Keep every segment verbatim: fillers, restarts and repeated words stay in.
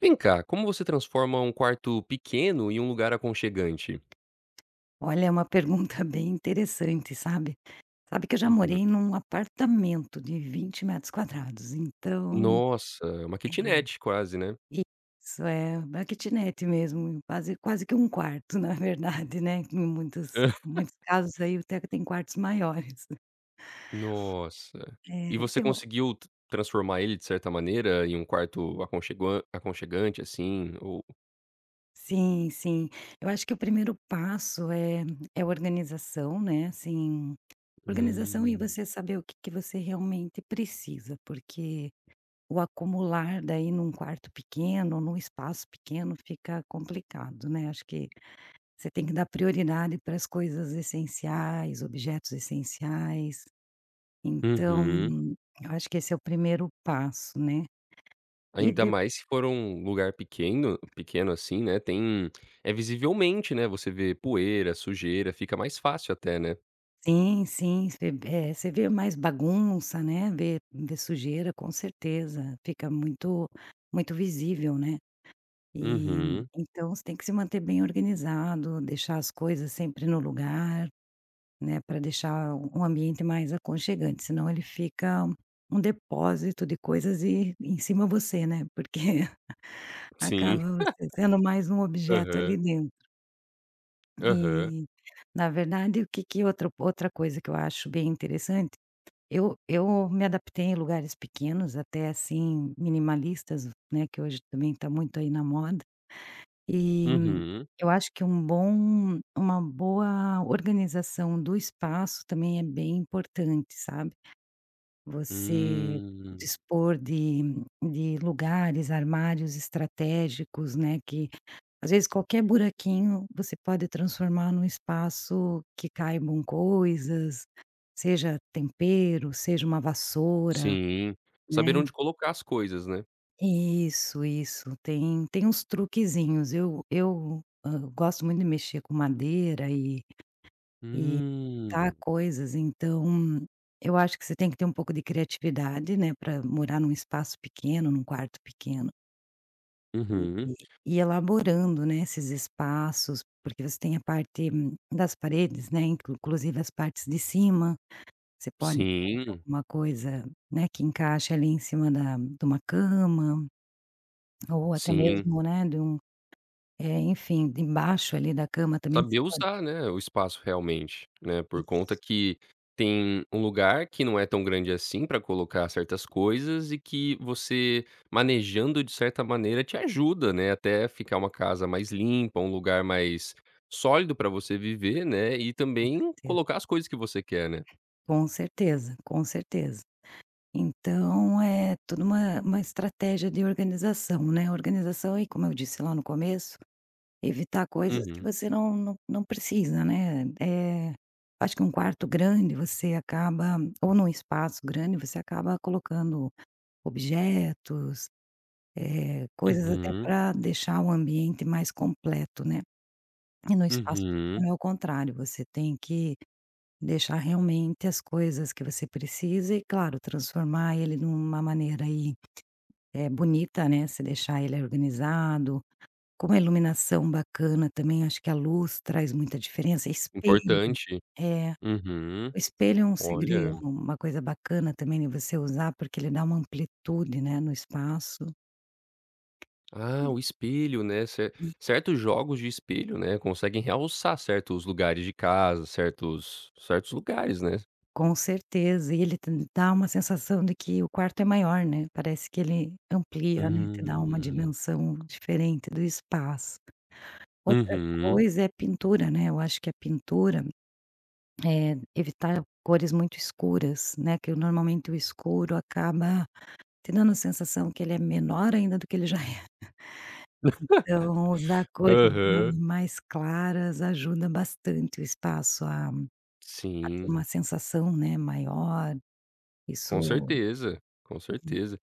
Vem cá, como você transforma um quarto pequeno em um lugar aconchegante? Olha, é uma pergunta bem interessante, sabe. Sabe que eu já Uhum. morei num apartamento de vinte metros quadrados, então. Nossa, é uma É, kitnet quase, né. isso, é uma kitnet mesmo, quase quase que um quarto, na verdade, né, em muitos muitos casos aí até que tem quartos maiores. Nossa. É, E você eu. conseguiu t transformar ele de certa maneira em um quarto aconcheguan aconchegante, assim, ou Sim, sim. Eu acho que o primeiro passo é é organização, né, assim, organização e Hum. você saber o que que você realmente precisa, porque o acumular daí num quarto pequeno, num espaço pequeno fica complicado, né, acho que você tem que dar prioridade para as coisas essenciais, objetos essenciais, então Uhum. eu acho que esse é o primeiro passo, né. E Ainda de mais se for um lugar pequeno pequeno assim, né, tem é visivelmente, né, você vê poeira, sujeira, fica mais fácil até, né. sim, sim, você eh, você vê mais bagunça, né, vê vê sujeira com certeza, fica muito muito visível, né. E Uhum. então você tem que se manter bem organizado, deixar as coisas sempre no lugar. Né, para deixar um um ambiente mais aconchegante, senão ele fica um um depósito de coisas e em cima você, né, porque Sim. acaba você sendo mais um objeto Aham. ali dentro. Aham. E, na verdade, o que que outra outra coisa que eu acho bem interessante, eu eu me adaptei em lugares pequenos, até assim minimalistas, né, que hoje também está muito aí na moda, e hum, Uhum. eu acho que um bom uma boa organização do espaço também é bem importante, sabe. Você Hum, dispor de de lugares, armários estratégicos, né, que às vezes qualquer buraquinho você pode transformar num espaço que caibam coisas, seja tempero, seja uma vassoura, sim. Saber né. onde colocar as coisas, né. Isso, isso. Tem tem uns truquezinhos. Eu eu, hã, gosto muito de mexer com madeira e e tá Hum, coisas, então eu acho que você tem que ter um pouco de criatividade, né, para morar num espaço pequeno, num quarto pequeno e uhum. e elaborando, né, esses espaços, porque você tem a parte hum, das paredes, né, inclu inclusive as partes de cima, você pode pôr Sim, alguma coisa, né, que encaixe ali em cima da de uma cama ou até sim. mesmo, né, de um eh, enfim, de embaixo ali da cama também você Saber pode. usar, né, o espaço realmente, né, por conta Isso, que tem um lugar que não é tão grande assim para colocar certas coisas e que você manejando de certa maneira te ajuda, né, até ficar uma casa mais limpa, um lugar mais sólido para você viver, né, e com também certeza, colocar as coisas que você quer, né. com certeza, com certeza. Então é toda uma uma estratégia de organização, né, organização e como eu disse lá no começo, evitar coisas que Uhum, você não não não precisa, né, eh, acho que um quarto grande você acaba ou num espaço grande, você acaba colocando objetos, eh, coisas até uhum, para deixar o ambiente mais completo, né. E no espaço uhum. pequeno é o contrário, você tem que deixar realmente as coisas que você precisa e claro, transformar ele numa maneira aí é bonita, né, se deixar ele organizado, com uma iluminação bacana também, acho que a luz traz muita diferença, espelho. Importante. É, Uhum. o espelho é um segredo, Olha. uma coisa bacana também de você usar, porque ele dá uma amplitude, né, no espaço. Ah, o espelho, né, cer E certos jogos de espelho, né, conseguem realçar certos lugares de casa, certos certos lugares, né. com certeza, e ele te dá uma sensação de que o quarto é maior, né, parece que ele amplia, né, te dá uma Hum. dimensão diferente do espaço. Outra Uhum. coisa é pintura, né, eu acho que a pintura. Eh, evitar cores muito escuras, né, que normalmente o escuro acaba te dando a sensação que ele é menor ainda do que ele já é. Então, usar cores, né, Aham. mais claras ajuda bastante o espaço a a ter Sim, uma sensação, né, maior. com Isso. certeza, com certeza.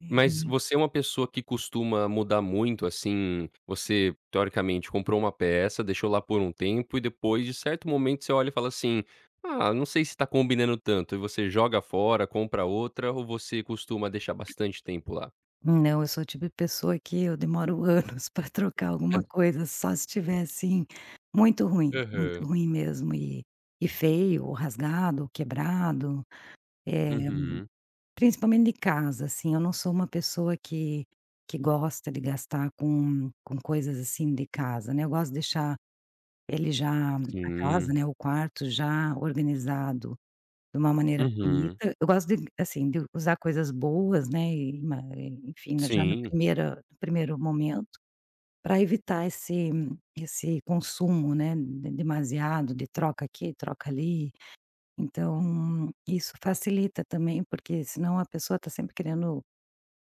eh, Mas você é uma pessoa que costuma mudar muito, assim, você teoricamente comprou uma peça, deixou lá por um tempo e depois de certo momento você olha e fala assim: "Ah, não sei se tá combinando tanto", e você joga fora, compra outra ou você costuma deixar bastante tempo lá? não, eu sou o tipo de pessoa que eu demoro anos para trocar alguma coisa, só se tiver, assim, muito ruim, muito Aham. ruim mesmo e e feio, ou rasgado, ou quebrado. eh Uhum. Principalmente de casa, assim, eu não sou uma pessoa que que gosta de gastar com com coisas, assim, de casa, né, eu gosto de deixar ele já a casa, Sim. né, o quarto já organizado de uma maneira Uhum. bonita. Eu gosto de, assim, de usar coisas boas, né, e ma enfim, na- já na Sim. primeira no primeiro momento, para evitar esse esse consumo, né, de demasiado, de troca aqui, troca ali. Então, isso facilita também, porque senão a pessoa está sempre querendo.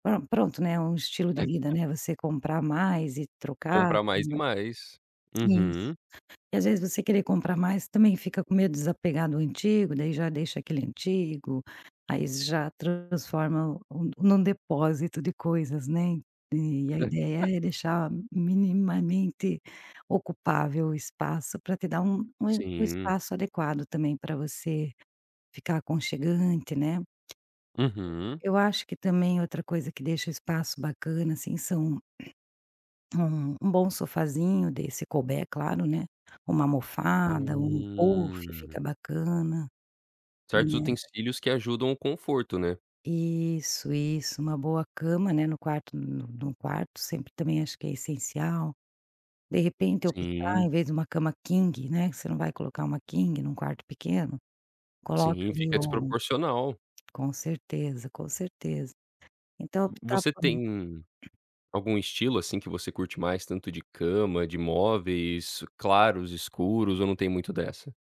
Pro pronto, né, um estilo de vida, né, você comprar mais e trocar, Comprar mais e caramba. mais. Isso. Uhum. E às vezes você querer comprar mais também fica com medo de desapegar do antigo, daí já deixa aquele antigo, aí já transforma um num depósito de coisas, né. E a ideia é deixar minimamente ocupável o espaço para te dar um um um Sim. espaço adequado também para você ficar aconchegante, né. Uhum. Eu acho que também outra coisa que deixa o espaço bacana, assim, são. Um um bom sofazinho desse se couber, claro, né, uma almofada, um puff fica Hum. bacana, Certos né. utensílios que ajudam o conforto, né? Isso, isso, uma boa cama, né, no quarto no no quarto sempre também acho que é essencial. De repente optar em Sim, vez de uma cama king, né, que você não vai colocar uma king num quarto pequeno, coloca sim, ali fica ou. desproporcional. Com certeza, com certeza. Então optar Você por um. tem algum estilo, assim, que você curte mais, tanto de cama, de móveis, claros, escuros, ou não tem muito dessa?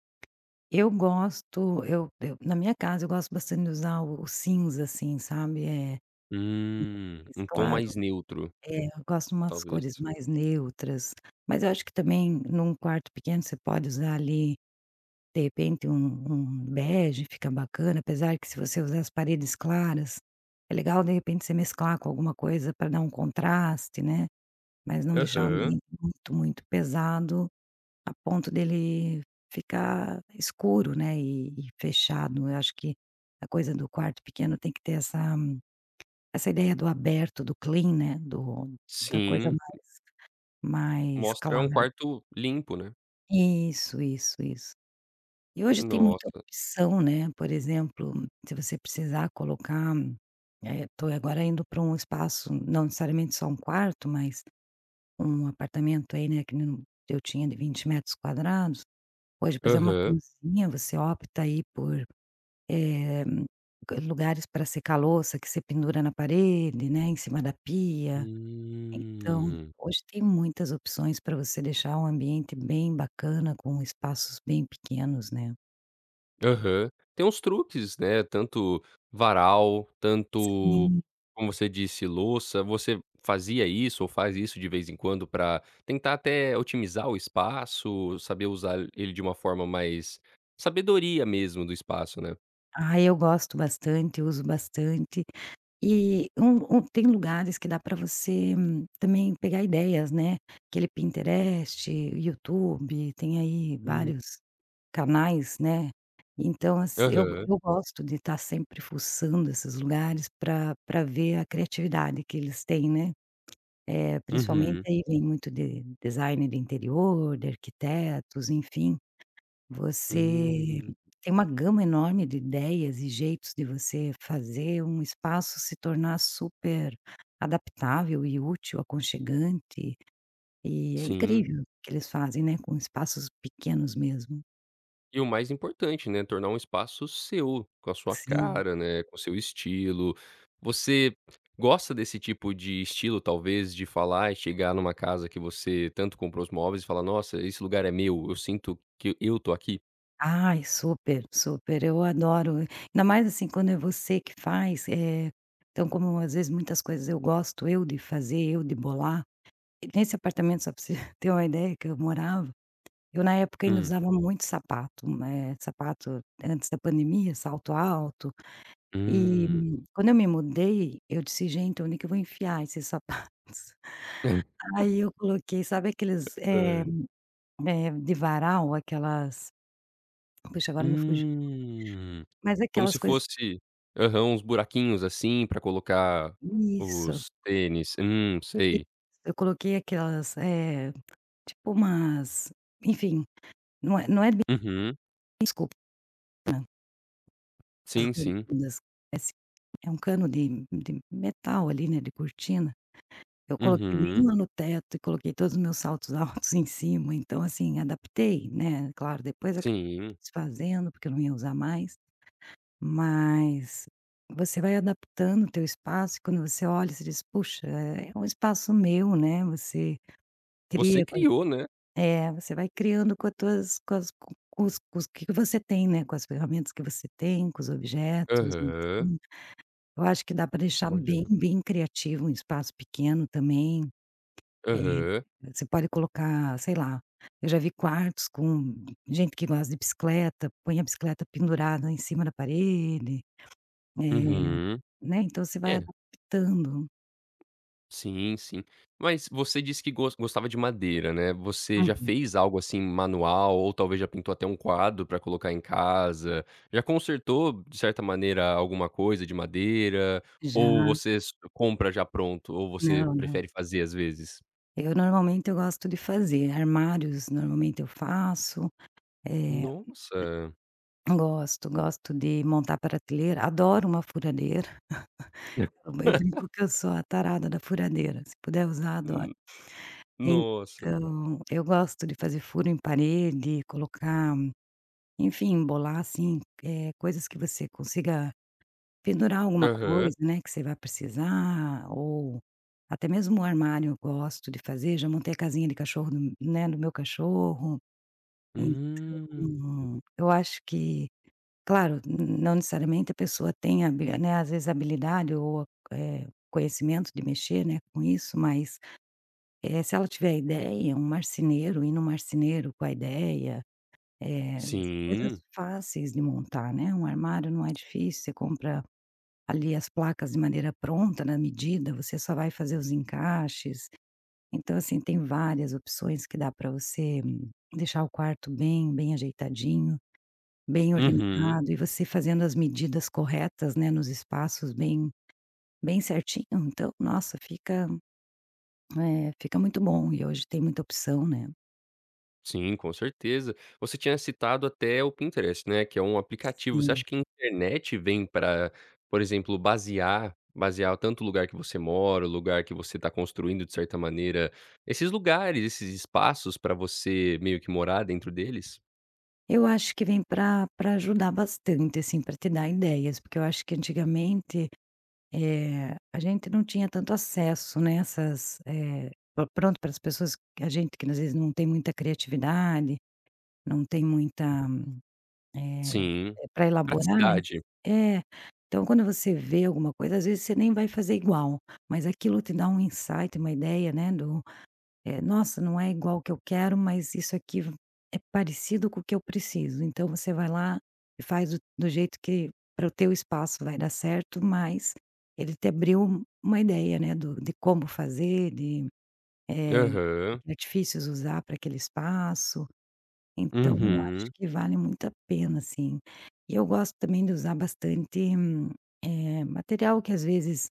Eu gosto eu eu na minha casa eu gosto bastante de usar o o cinza, assim, sabe, é Hum, é um tom claro. mais neutro, É, eu gosto de umas talvez. cores mais neutras, mas eu acho que também num quarto pequeno você pode usar ali, de repente, um um bege fica bacana, apesar que se você usar as paredes claras, é legal de repente você mesclar com alguma coisa para dar um contraste, né, mas não deixar o Aham. ambiente muito, muito pesado a ponto dele ficar escuro, né, e e fechado. Eu acho que a coisa do quarto pequeno tem que ter essa essa ideia do aberto, do clean, né, do da coisa Sim, mais mostra um clara. quarto limpo, né. Isso, isso, isso. E hoje tem muita Nossa. opção, né, por exemplo, se você precisar colocar, estou agora indo para um espaço, não necessariamente só um quarto, mas um apartamento aí, né, que nem eu tinha de vinte metros quadrados, hoje, por exemplo, uma Aham. cozinha, você opta aí por, eh, lugares para secar louça que você pendura na parede, né, em cima da pia. Então, Hum. hoje tem muitas opções para você deixar um ambiente bem bacana, com espaços bem pequenos, né. Aham. Tem uns truques, né, tanto varal, tanto, Sim. como você disse, louça. Você fazia isso ou faz isso de vez em quando para tentar até otimizar o espaço, saber usar ele de uma forma mais sabedoria mesmo do espaço, né? Ah, eu gosto bastante, uso bastante. E um um tem lugares que dá para você hum, também pegar ideias, né, aquele Pinterest, YouTube, tem aí Hum. vários canais, né. Então, assi eu Aham. eu gosto de estar sempre fuçando esses lugares para para ver a criatividade que eles têm, né. Eh, principalmente Uhum. aí vem muito de design do interior, de arquitetos, enfim, você Hum. tem uma gama enorme de ideias e jeitos de você fazer um espaço se tornar super adaptável e útil, aconchegante, e é Sim. incrível o que eles fazem, né, com espaços pequenos mesmo. E o mais importante, né, tornar um espaço seu, com a sua Sim. cara, né, com o seu estilo. Você gosta desse tipo de estilo, talvez, de falar e chegar numa casa que você tanto comprou os móveis e falar: "Nossa, esse lugar é meu, eu sinto que eu tô aqui"? Ai, super, super, eu adoro, ainda mais, assim, quando é você que faz, eh, então como às vezes muitas coisas eu gosto eu de fazer, eu de bolar. Nesse apartamento, só para você ter uma ideia que eu morava, eu na época ainda Hum, usava muito sapato, eh, sapato antes da pandemia, salto alto, e hum, hum, quando eu me mudei, eu disse: "Gente, onde que eu vou enfiar esses sapatos?" Aí eu coloquei, sabe aqueles, eh hã, eh, de varal, aquelas puxa, agora me fugiu, hum. mas Como aquelas se coisas. fosse aham, uns buraquinhos, assim, pra colocar Isso, os tênis. Hum, isso. sei. Eu coloquei aquelas, eh, tipo umas enfim, não é não é bem. Uhum. As Sim, sim. remendas, esse é um cano de de metal ali, né, de cortina. Eu coloquei bem Uhum. lá no teto e coloquei todos os meus saltos altos em cima, então assim, adaptei, né, claro, depois acabei Sim. desfazendo, porque eu não ia usar mais, mas você vai adaptando o teu espaço e quando você olha, você diz: "Puxa, é é um espaço meu", né, você Você cria com as. criou, né. É, você vai criando com as tuas com as com os com os que você tem, né, com as ferramentas que você tem, com os objetos, Aham. então eu acho que dá para deixar Olha. bem, bem criativo, um espaço pequeno também, eh, Aham. você pode colocar, sei lá, eu já vi quartos com gente que gosta de bicicleta, põe a bicicleta pendurada em cima da parede, eh, Uhum. né, então você vai É, adaptando. sim, sim. Mas você disse que gos gostava de madeira, né. Você já Uhum. fez algo, assim, manual ou talvez já pintou até um quadro pra colocar em casa? Já consertou, de certa maneira, alguma coisa de madeira? Já. Ou você s compra já pronto? Ou você Não, não. prefere fazer às vezes? Eu normalmente eu gosto de fazer, armários normalmente eu faço, eh, Nossa. gosto, gosto de montar prateleira, adoro uma furadeira, eu eu brinco que eu sou a tarada da furadeira, se puder usar, adoro. N- Nossa. Então, eu gosto de fazer furo em parede, colocar, enfim, embolar, assim, eh, coisas que você consiga pendurar alguma Aham. coisa, né, que você vai precisar, ou até mesmo o armário eu gosto de fazer, já montei a casinha de cachorro do, né, do meu cachorro. Hum. Então, eu acho que, claro, n não necessariamente a pessoa tem habili né, às vezes habilidade ou, eh, conhecimento de mexer, né, com isso, mas eh, se ela tiver ideia, um marceneiro, ir no marceneiro com a ideia, eh, são coisas Sim. fáceis de montar, né, um armário não é difícil, você compra ali as placas de maneira pronta, na medida, você só vai fazer os encaixes. Então, assim, tem várias opções que dá para você hum, deixar o quarto bem bem ajeitadinho, bem Uhum. organizado e você fazendo as medidas corretas, né, nos espaços bem bem certinho, então, nossa, fica, eh, fica muito bom e hoje tem muita opção, né. Sim, com certeza. Você tinha citado até o Pinterest, né, que é um aplicativo. Você Sim, acha que a internet vem para por exemplo, basear basear tanto o lugar que você mora, o lugar que você está construindo de certa maneira, esses lugares, esses espaços para você meio que morar dentro deles? eu acho que vem para para ajudar bastante, assim, para te dar ideias, porque eu acho que antigamente, eh, a gente não tinha tanto acesso, né, essas, eh, pro pronto para as pessoas que a gente que às vezes não tem muita criatividade, não tem muita, Sim. para elaborar, né. Praticidade. É, então quando você vê alguma coisa, às vezes você nem vai fazer igual, mas aquilo te dá um insight, uma ideia, né, do É, nossa, não é igual o que eu quero, mas isso aqui é parecido com o que eu preciso. Então você vai lá e faz do do jeito que para o teu espaço vai dar certo, mas ele te abriu um- uma ideia, né, do de como fazer, de, eh, Aham. que artifícios usar para aquele espaço. Então eu acho Uhum. que vale muito a pena, assim. E eu gosto também de usar bastante, hum, eh, material que às vezes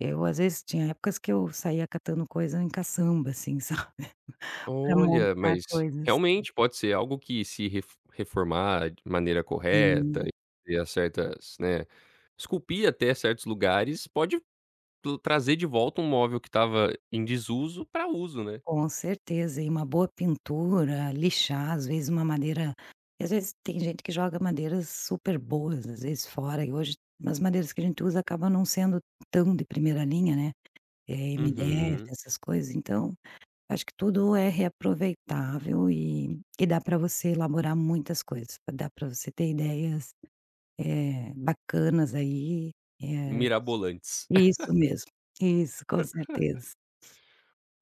eu às vezes tinha épocas que eu saía catando coisa em caçamba, assim, para Olha, montar mas coisas. realmente pode ser algo que se ref reformar de maneira correta, Sim, e a certas, né, esculpir até certos lugares, pode tu trazer de volta um móvel que estava em desuso para uso, né. com certeza. E uma boa pintura, lixar, às vezes uma madeira, às vezes tem gente que joga madeiras super boas, às vezes fora, e hoje as madeiras que a gente usa acabam não sendo tão de primeira linha, né, eh, M D F, Uhum. essas coisas, então, acho que tudo é reaproveitável e e dá para você elaborar muitas coisas, dá para você ter ideias, eh, bacanas aí, eh, Mirabolantes. isso mesmo, isso, com certeza,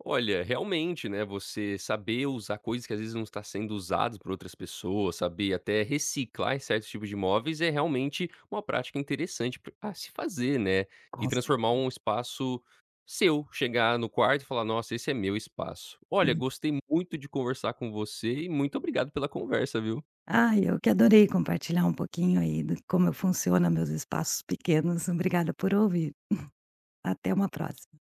Olha, realmente, né, você saber usar coisas que às vezes não está sendo usadas por outras pessoas, saber até reciclar em certos tipos de móveis é realmente uma prática interessante pra- a se fazer, né? E com transformar certeza. um espaço seu, chegar no quarto e falar, nossa, esse é meu espaço. Olha, gostei muito de conversar com você e muito obrigado pela conversa, viu? Ah, eu que adorei compartilhar um pouquinho aí do como eu funciona meus espaços pequenos. Obrigada por ouvir. Até uma próxima.